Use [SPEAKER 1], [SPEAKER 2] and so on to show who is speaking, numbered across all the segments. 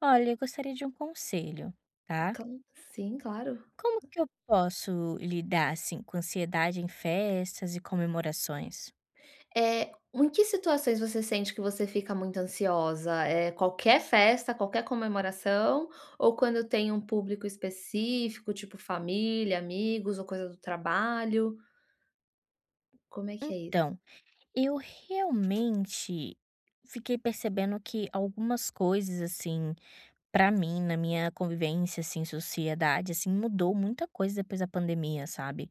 [SPEAKER 1] Olha, eu gostaria de um conselho, tá?
[SPEAKER 2] Cla Sim, claro.
[SPEAKER 1] Como que eu posso lidar assim com ansiedade em festas e comemorações?
[SPEAKER 2] Em que situações você sente que você fica muito ansiosa? É qualquer festa, qualquer comemoração ou quando tem um público específico, tipo família, amigos ou coisa do trabalho? Como é que é isso?
[SPEAKER 1] Então, eu realmente fiquei percebendo que algumas coisas assim, pra mim, na minha convivência assim, sociedade assim, mudou muita coisa depois da pandemia, sabe?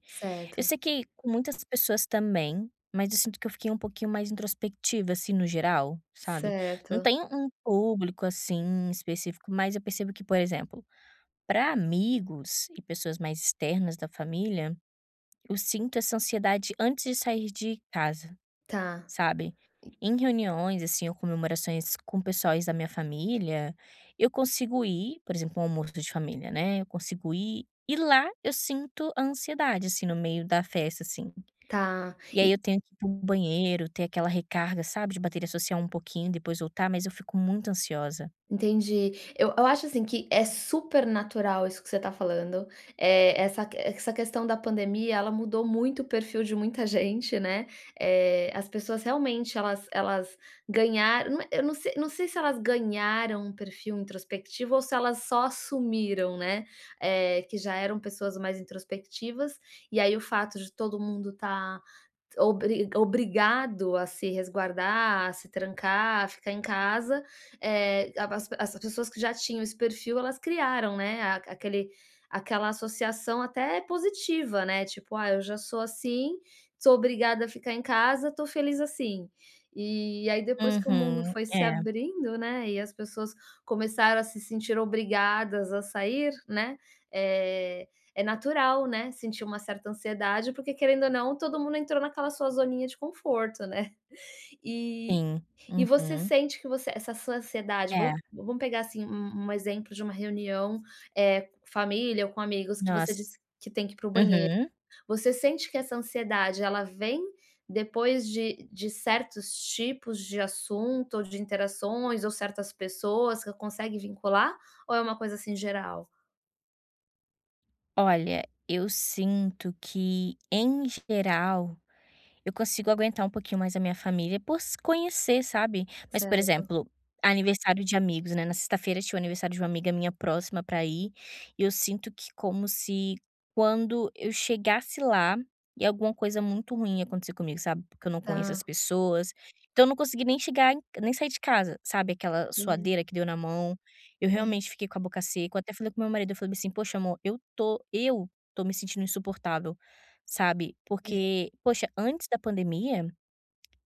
[SPEAKER 1] Eu
[SPEAKER 2] Certo,
[SPEAKER 1] sei que com muitas pessoas também, mas eu sinto que eu fiquei um pouquinho mais introspectiva, assim, no geral, sabe. Não
[SPEAKER 2] certo.
[SPEAKER 1] tem um público, assim, específico, mas eu percebo que, por exemplo, para amigos e pessoas mais externas da família, eu sinto essa ansiedade antes de sair de casa,
[SPEAKER 2] Tá,
[SPEAKER 1] sabe. Em reuniões, assim, ou comemorações com pessoais da minha família, eu consigo ir, por exemplo, um almoço de família, né, eu consigo ir, e lá eu sinto a ansiedade, assim, no meio da festa, assim.
[SPEAKER 2] tá.
[SPEAKER 1] E aí eu tenho que ir para banheiro, ter aquela recarga, sabe, de bateria social um pouquinho, depois voltar, mas eu fico muito ansiosa.
[SPEAKER 2] Entendi. Eu acho, assim, que é super natural isso que você está falando, essa questão da pandemia, ela mudou muito o perfil de muita gente, né, as pessoas realmente elas ganharam, não é, eu não sei se elas ganharam um perfil introspectivo ou se elas só assumiram, né, que já eram pessoas mais introspectivas, e aí o fato de todo mundo estar obrigado a se resguardar, a se trancar, a ficar em casa, a as as pessoas que já tinham esse perfil, elas criaram, né, a aquele aquela associação até positiva, né, tipo: "Ah, eu já sou assim, sou obrigada a ficar em casa, tô feliz assim." E aí depois que o mundo
[SPEAKER 1] Uhum.
[SPEAKER 2] foi se
[SPEAKER 1] É,
[SPEAKER 2] abrindo, né, e as pessoas começaram a se sentir obrigadas a sair, né, eh é natural, né, sentir uma certa ansiedade, porque querendo ou não, todo mundo entrou naquela sua zoninha de conforto, né. E
[SPEAKER 1] sim.
[SPEAKER 2] e você
[SPEAKER 1] Uhum.
[SPEAKER 2] sente que você essa sua ansiedade
[SPEAKER 1] É,
[SPEAKER 2] vamos pegar, assim, um exemplo de uma reunião, família ou com amigos que você
[SPEAKER 1] nossa.
[SPEAKER 2] disse que tem que ir para o banheiro.
[SPEAKER 1] Uhum.
[SPEAKER 2] Você sente que essa ansiedade ela vem depois de certos tipos de assunto ou de interações ou certas pessoas que consegue vincular, ou é uma coisa, assim, geral?
[SPEAKER 1] Olha, eu sinto que, em geral, eu consigo aguentar um pouquinho mais a minha família por se conhecer, sabe. Mas, por
[SPEAKER 2] Certo,
[SPEAKER 1] exemplo, aniversário de amigos, né, na sexta-feira tinha o aniversário de uma amiga minha próxima pra ir, e eu sinto que como se quando eu chegasse lá e alguma coisa muito ruim acontecer comigo, sabe, porque eu não conheço as
[SPEAKER 2] tá,
[SPEAKER 1] pessoas, então eu não consegui nem chegar em nem sair de casa, sabe, aquela
[SPEAKER 2] entendi.
[SPEAKER 1] suadeira que deu na mão. Eu realmente fiquei com a boca seca, eu até falei com meu marido, eu falei assim: "Poxa amor, eu tô me sentindo insuportável". Sabe, porque, poxa, antes da pandemia,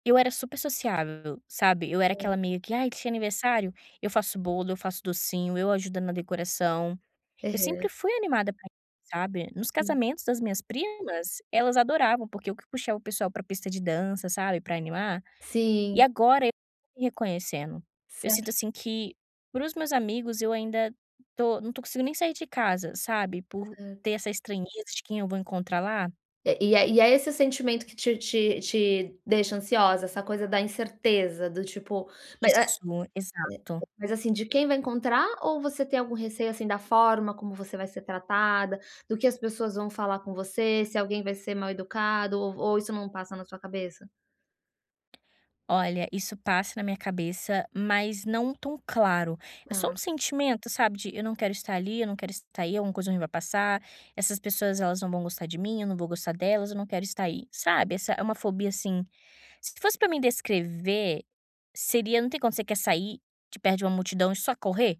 [SPEAKER 1] eu era super sociável, sabe, eu era
[SPEAKER 2] Aham,
[SPEAKER 1] aquela amiga que: "Ai, tinha aniversário? Eu faço bolo, eu faço docinho, eu ajudo na decoração". Eu
[SPEAKER 2] aham.
[SPEAKER 1] sempre fui animada pra isso, sabe. Nos
[SPEAKER 2] Sim,
[SPEAKER 1] casamentos das minhas primas, elas adoravam, porque eu que puxava o pessoal pra pista de dança, sabe, pra animar. E
[SPEAKER 2] sim,
[SPEAKER 1] agora eu tô me reconhecendo. Eu sinto,
[SPEAKER 2] certo,
[SPEAKER 1] assim, que para os meus amigos eu ainda tô não tô conseguindo nem sair de casa, sabe, por
[SPEAKER 2] certo.
[SPEAKER 1] ter essa estranheza de quem eu vou encontrar lá.
[SPEAKER 2] É esse sentimento que te deixa ansiosa, essa coisa da incerteza, do tipo mas a
[SPEAKER 1] Isso, exato.
[SPEAKER 2] mas, assim, de quem vai encontrar, ou você tem algum receio, assim, da forma como você vai ser tratada, do que as pessoas vão falar com você, se alguém vai ser mal educado, ou isso não passa na sua cabeça?
[SPEAKER 1] Olha, isso passa na minha cabeça, mas não tão claro. É só
[SPEAKER 2] Tá,
[SPEAKER 1] um sentimento, sabe, de eu não quero estar ali, eu não quero estar aí, alguma coisa ruim vai passar, essas pessoas elas não vão gostar de mim, eu não vou gostar delas, eu não quero estar aí. Sabe, essa é uma fobia assim. Se fosse pra mim descrever, seria, não tem quando você quer sair de perto de uma multidão e só correr?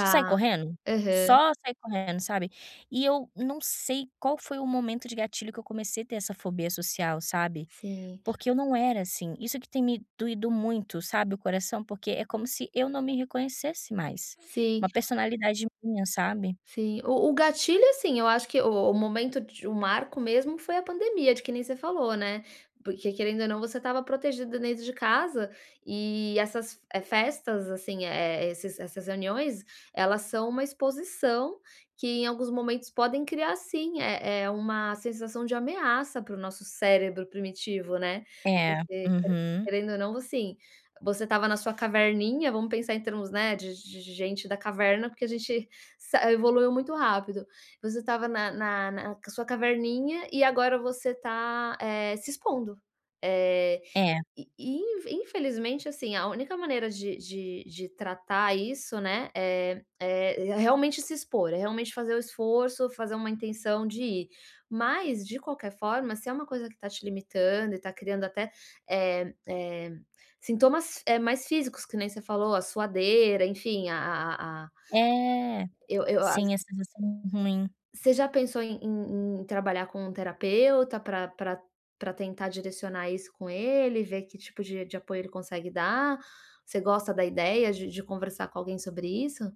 [SPEAKER 1] Só sair correndo?
[SPEAKER 2] Aham,
[SPEAKER 1] Só sair correndo, sabe? E eu não sei qual foi o momento de gatilho que eu comecei a ter essa fobia social, sabe?
[SPEAKER 2] sim,
[SPEAKER 1] Porque eu não era assim. Isso que tem me doído muito, sabe, o coração, porque é como se eu não me reconhecesse mais.
[SPEAKER 2] sim.
[SPEAKER 1] Uma personalidade minha, sabe.
[SPEAKER 2] Sim, o gatilho, assim, eu acho que o momento de o marco mesmo foi a pandemia, de que nem você falou, né, porque querendo ou não você estava protegida dentro de casa, e essas f festas, assim, esses essas reuniões, elas são uma exposição que em alguns momentos podem criar sim, é uma sensação de ameaça para o nosso cérebro primitivo, né,
[SPEAKER 1] É,
[SPEAKER 2] porque
[SPEAKER 1] uhum.
[SPEAKER 2] querendo ou não, assim, você estava na sua caverninha, vamos pensar em termos, né, de gente da caverna, porque a gente Sa evoluiu muito rápido. Você estava na sua caverninha e agora você está se expondo. Eh,
[SPEAKER 1] É,
[SPEAKER 2] e in infelizmente, assim, a única maneira de tratar isso, né, é realmente se expor, é realmente fazer o esforço, fazer uma intenção de ir. Mas, de qualquer forma, se é uma coisa que está te limitando e tá criando até, eh eh, sintomas, mais físicos, que nem você falou, a suadeira, enfim, a
[SPEAKER 1] é.
[SPEAKER 2] eu a
[SPEAKER 1] Sim, a sensação ruim.
[SPEAKER 2] você já pensou em em trabalhar com um terapeuta para para pra tentar direcionar isso com ele, ver que tipo de apoio ele consegue dar? Você gosta da ideia de conversar com alguém sobre isso?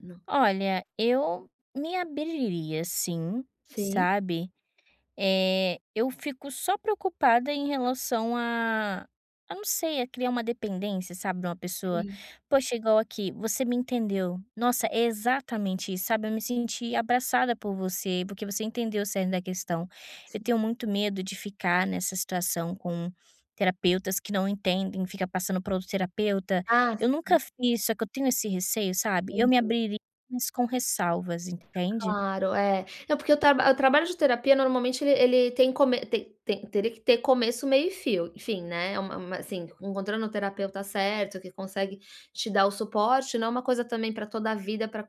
[SPEAKER 2] Não.
[SPEAKER 1] Olha, eu me abriria sim,
[SPEAKER 2] Sim,
[SPEAKER 1] sabe. Eu fico só preocupada em relação a não sei, a criar uma dependência, sabe, de uma pessoa.
[SPEAKER 2] sim,
[SPEAKER 1] Poxa, igual aqui, você me entendeu. Nossa, é exatamente isso, sabe? Eu me senti abraçada por você, porque você entendeu o cerne da questão. Eu
[SPEAKER 2] sim.
[SPEAKER 1] tenho muito medo de ficar nessa situação com terapeutas que não entendem, fica passando para outro terapeuta.
[SPEAKER 2] Ah,
[SPEAKER 1] Eu nunca fiz, só que eu tenho esse receio, sabe? Eu me
[SPEAKER 2] entendi.
[SPEAKER 1] abriria, mas com ressalvas, entende?
[SPEAKER 2] Claro, é. Não, porque o trabalho de terapia normalmente ele ele tem come tem tem teria que ter começo, meio e fio, enfim, né, é uma, assim, encontrando o terapeuta certo, que consegue te dar o suporte, não é uma coisa também para toda a vida para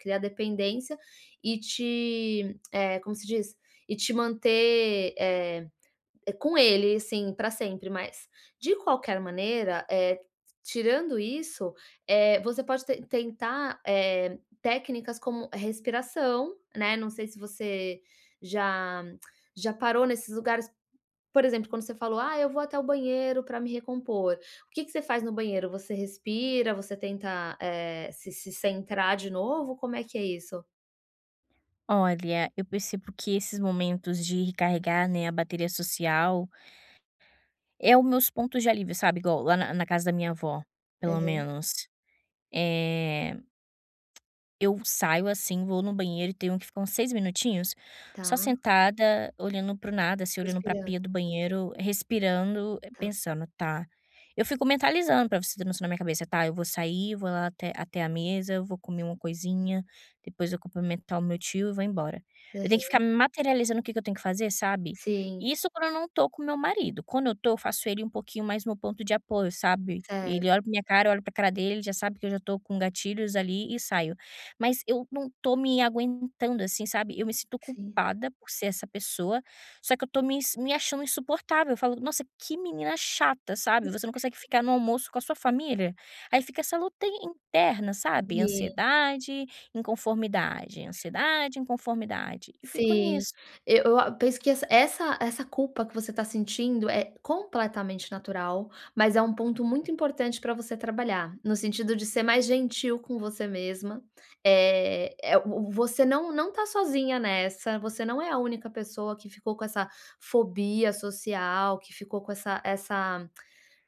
[SPEAKER 2] criar dependência e te, como se diz? E te manter, é com ele, assim, para sempre, mas, de qualquer maneira, tirando isso, você pode tentar, técnicas como respiração, né, não sei se você já já parou nesses lugares, por exemplo, quando você falou: "Ah, eu vou até o banheiro para me recompor." O que que você faz no banheiro? Você respira, você tenta, se centrar de novo, como é que é isso?
[SPEAKER 1] Olha, eu percebo que esses momentos de recarregar, né, a bateria social é o meus pontos de alívio, sabe, igual lá na casa da minha avó, pelo
[SPEAKER 2] Aham,
[SPEAKER 1] menos. Eh eu saio, assim, vou no banheiro e tenho um que ficar uns 6 minutinhos só
[SPEAKER 2] tá,
[SPEAKER 1] sentada, olhando para o nada, assim, olhando pra
[SPEAKER 2] respirando,
[SPEAKER 1] pia do banheiro, respirando,
[SPEAKER 2] tá.
[SPEAKER 1] pensando: "Tá". Eu fico mentalizando pra você ter noção na minha cabeça: "Tá, eu vou sair, vou lá até a mesa, eu vou comer uma coisinha, depois eu cumprimentar o meu tio e vou embora". Eu tenho que
[SPEAKER 2] Aham.
[SPEAKER 1] ficar materializando o que que eu tenho que fazer, sabe.
[SPEAKER 2] Sim,
[SPEAKER 1] Isso quando eu não tô com meu marido. Quando eu tô, eu faço ele um pouquinho mais meu ponto de apoio, sabe.
[SPEAKER 2] certo,
[SPEAKER 1] Ele olha pra minha cara, eu olho pra cara dele, ele já sabe que eu já tô com gatilhos ali e saio. Mas eu não tô me aguentando, assim, sabe. Eu me sinto culpada por ser essa pessoa, só que eu tô me achando insuportável. Eu falo: "Nossa, que menina chata", sabe. Você não consegue ficar no almoço com a sua família. Aí fica essa luta in interna, sabe.
[SPEAKER 2] sim.
[SPEAKER 1] Ansiedade, inconformidade, e fico
[SPEAKER 2] Sim,
[SPEAKER 1] nisso.
[SPEAKER 2] eu a penso que essa culpa que você tá sentindo é completamente natural, mas é um ponto muito importante pra você trabalhar, no sentido de ser mais gentil com você mesma, eh, é o você não tá sozinha nessa, você não é a única pessoa que ficou com essa fobia social, que ficou com essa essa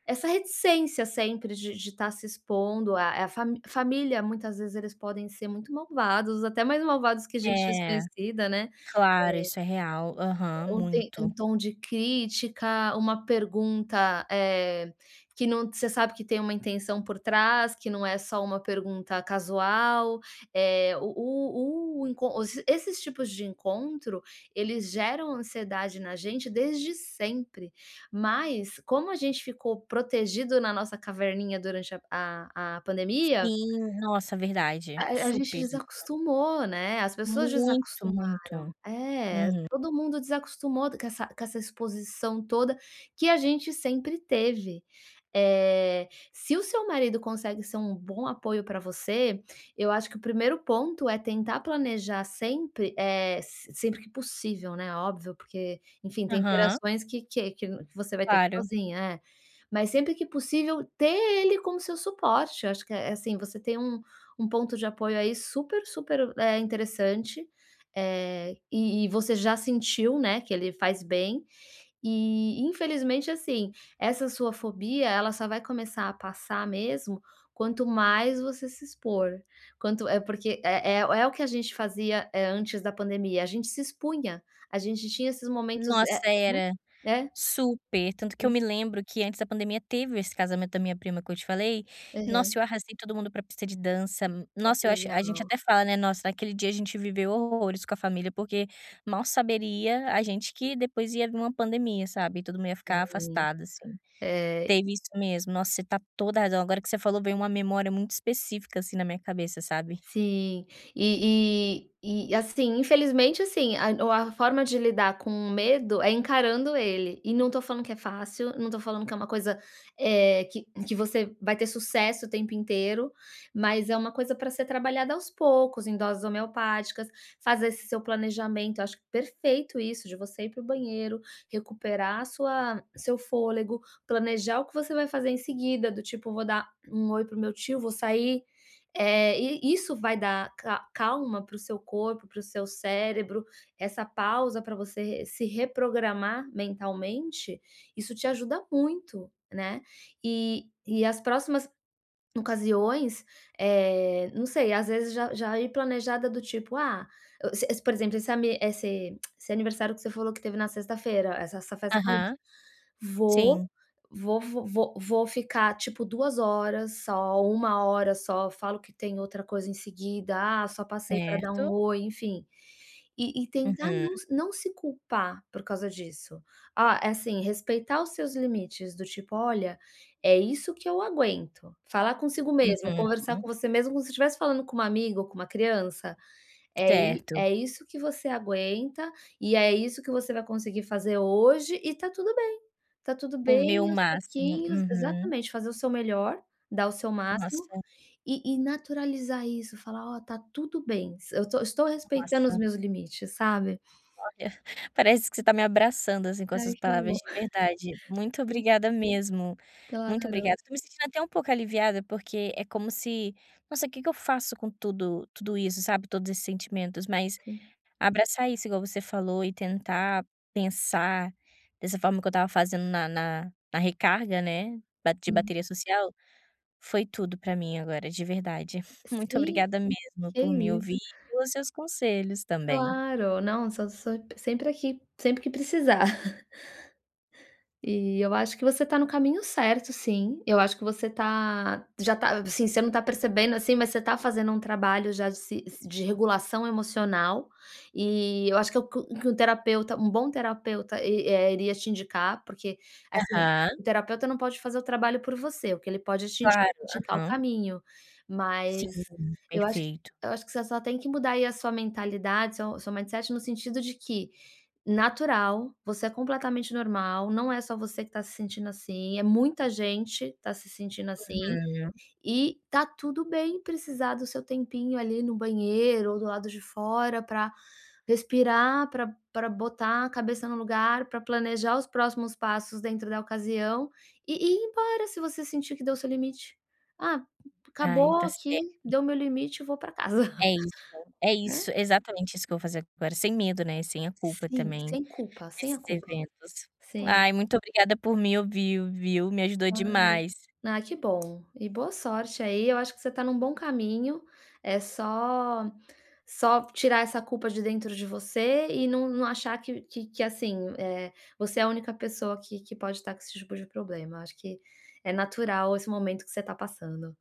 [SPEAKER 2] essa reticência sempre de tá se expondo, a fami família muitas vezes eles podem ser muito malvados, até mais malvados que gente
[SPEAKER 1] É,
[SPEAKER 2] desconhecida, né,
[SPEAKER 1] claro, isso é real. Aham,
[SPEAKER 2] ou tem um
[SPEAKER 1] muito.
[SPEAKER 2] tom de crítica, uma pergunta, que não, você sabe que tem uma intenção por trás, que não é só uma pergunta casual, eh, o enco os esses tipos de encontro, eles geram ansiedade na gente desde sempre, mas, como a gente ficou protegido na nossa caverninha durante a pandemia,
[SPEAKER 1] Sim, nossa,
[SPEAKER 2] a
[SPEAKER 1] verdade.
[SPEAKER 2] a gente
[SPEAKER 1] Super isso.
[SPEAKER 2] desacostumou, né, as pessoas,
[SPEAKER 1] Muito, muito.
[SPEAKER 2] é,
[SPEAKER 1] Uhum.
[SPEAKER 2] todo mundo desacostumou com essa, com essa exposição toda que a gente sempre teve. Se o seu marido consegue ser um bom apoio para você, eu acho que o primeiro ponto é tentar planejar sempre, eh, se sempre que possível, né, óbvio, porque, enfim, tem
[SPEAKER 1] Aham,
[SPEAKER 2] interações que você vai ter que ir
[SPEAKER 1] claro.
[SPEAKER 2] sozinha, é. Mas sempre que possível, ter ele como seu suporte, eu acho que é assim, você tem um ponto de apoio aí super, super, interessante, e você já sentiu, né, que ele faz bem, e infelizmente, assim, essa sua fobia, ela só vai começar a passar mesmo quanto mais você se expor. Quanto é porque é é é o que a gente fazia, antes da pandemia, a gente se expunha, a gente tinha esses momentos,
[SPEAKER 1] Nossa,
[SPEAKER 2] né.
[SPEAKER 1] era.
[SPEAKER 2] É,
[SPEAKER 1] Super. Tanto que eu
[SPEAKER 2] sim.
[SPEAKER 1] me lembro que antes da pandemia teve esse casamento da minha prima que eu te falei. Nossa, eu arrastei todo mundo pra pista de dança.
[SPEAKER 2] Ah, que
[SPEAKER 1] Nossa, eu acho
[SPEAKER 2] legal.
[SPEAKER 1] a gente até fala, né: "Nossa, naquele dia a gente viveu horrores com a família", porque mal saberia a gente que depois ia vir uma pandemia, sabe, e todo mundo ia ficar
[SPEAKER 2] Sim,
[SPEAKER 1] afastado, assim.
[SPEAKER 2] é.
[SPEAKER 1] Teve isso mesmo. Nossa, você tá toda razão. Agora que você falou, veio uma memória muito específica, assim, na minha cabeça, sabe.
[SPEAKER 2] Sim, e e e assim, infelizmente, assim, a forma de lidar com o medo é encarando ele, e não tô falando que é fácil, não tô falando que é uma coisa, que você vai ter sucesso o tempo inteiro, mas é uma coisa para ser trabalhada aos poucos, em doses homeopáticas, fazer esse seu planejamento, eu acho perfeito isso, de você ir pro banheiro, recuperar sua seu fôlego, planejar o que você vai fazer em seguida, do tipo: "Vou dar um oi pro meu tio, vou sair." E isso vai dar ca calma para o seu corpo, para o seu cérebro, essa pausa para você se reprogramar mentalmente, isso te ajuda muito, né. E as próximas ocasiões, não sei, às vezes já ir planejada, do tipo: "Ah," se por exemplo, esse ami esse esse aniversário que você falou que teve na sexta-feira, essa festa comigo,
[SPEAKER 1] Aham.
[SPEAKER 2] Vou
[SPEAKER 1] Sim.
[SPEAKER 2] vou ficar, tipo, 2 horas só, 1 hora só, falo que tem outra coisa em seguida, ah, só passei para dar um
[SPEAKER 1] Certo.
[SPEAKER 2] oi, enfim. E tentar
[SPEAKER 1] Uhum,
[SPEAKER 2] não se culpar por causa disso. Ah, é assim, respeitar os seus limites, do tipo: "Olha, é isso que eu aguento." Falar consigo mesmo, conversar
[SPEAKER 1] uhum.
[SPEAKER 2] com você mesmo como se estivesse falando com uma amiga ou com uma criança, é i
[SPEAKER 1] Certo.
[SPEAKER 2] é isso que você aguenta e é isso que você vai conseguir fazer hoje, e tá tudo bem. Tá tudo
[SPEAKER 1] O
[SPEAKER 2] bem,
[SPEAKER 1] meu
[SPEAKER 2] aos
[SPEAKER 1] máximo.
[SPEAKER 2] pouquinhos,
[SPEAKER 1] Uhum.
[SPEAKER 2] exatamente, fazer o seu melhor, dar o seu máximo,
[SPEAKER 1] Nossa,
[SPEAKER 2] e naturalizar isso, falar: "Ó, tá tudo bem, s eu tô estou respeitando os
[SPEAKER 1] nossa,
[SPEAKER 2] meus limites," sabe.
[SPEAKER 1] olha, parece que você está me abraçando, assim, com
[SPEAKER 2] Ai,
[SPEAKER 1] essas
[SPEAKER 2] que
[SPEAKER 1] palavras,
[SPEAKER 2] bom.
[SPEAKER 1] de verdade. Muito
[SPEAKER 2] Sim,
[SPEAKER 1] obrigada mesmo. Muito
[SPEAKER 2] claro.
[SPEAKER 1] obrigada. Tô me sentindo até um pouco aliviada, porque é como se: "Nossa, o que que eu faço com tudo isso?", sabe, todos esses sentimentos. Mas
[SPEAKER 2] Sim,
[SPEAKER 1] abraçar isso, igual você falou, e tentar pensar dessa forma que eu estava fazendo na recarga, né, ba de
[SPEAKER 2] sim.
[SPEAKER 1] bateria social. Foi tudo pra mim agora, de verdade. Muito
[SPEAKER 2] Sim,
[SPEAKER 1] obrigada mesmo
[SPEAKER 2] que
[SPEAKER 1] por me
[SPEAKER 2] isso.
[SPEAKER 1] ouvir e pelos seus conselhos também.
[SPEAKER 2] Claro, não, só sempre aqui, sempre que precisar. E eu acho que você tá no caminho certo, sim, eu acho que você tá, já tá assim, você não tá percebendo, assim, mas você tá fazendo um trabalho já de se de regulação emocional, e eu acho que é o que que um terapeuta um bom terapeuta iria te indicar, porque, assim,
[SPEAKER 1] Aham,
[SPEAKER 2] o terapeuta não pode fazer o trabalho por você, o que ele pode é te
[SPEAKER 1] claro,
[SPEAKER 2] indicar o
[SPEAKER 1] aham.
[SPEAKER 2] caminho, mas
[SPEAKER 1] Sim,
[SPEAKER 2] eu acho que
[SPEAKER 1] perfeito.
[SPEAKER 2] eu acho que você só tem que mudar aí a sua mentalidade, seu mindset no sentido de que natural, você é completamente normal, não é só você que está se sentindo assim, é muita gente tá se sentindo assim,
[SPEAKER 1] Uhum.
[SPEAKER 2] e tá tudo bem precisar do seu tempinho ali no banheiro ou do lado de fora para respirar, para botar a cabeça no lugar, para planejar os próximos passos dentro da ocasião, e ir embora se você sentir que deu seu limite. "Ah, acabou
[SPEAKER 1] Ai, tá
[SPEAKER 2] aqui,
[SPEAKER 1] certo.
[SPEAKER 2] deu meu limite, eu vou para casa,"
[SPEAKER 1] É
[SPEAKER 2] né.
[SPEAKER 1] isso, exatamente isso que eu vou fazer agora, sem medo, né, sem a culpa
[SPEAKER 2] Sim,
[SPEAKER 1] também,
[SPEAKER 2] sem culpa, sem a
[SPEAKER 1] nesses
[SPEAKER 2] culpa.
[SPEAKER 1] eventos.
[SPEAKER 2] Sim.
[SPEAKER 1] Ai, muito obrigada por me ouvir, viu, me ajudou demais.
[SPEAKER 2] Ah, que bom. E boa sorte aí, eu acho que você tá num bom caminho, é só tirar essa culpa de dentro de você e não achar que, assim, você é a única pessoa que pode estar com esse tipo de problema. Eu acho que é natural esse momento que você tá passando.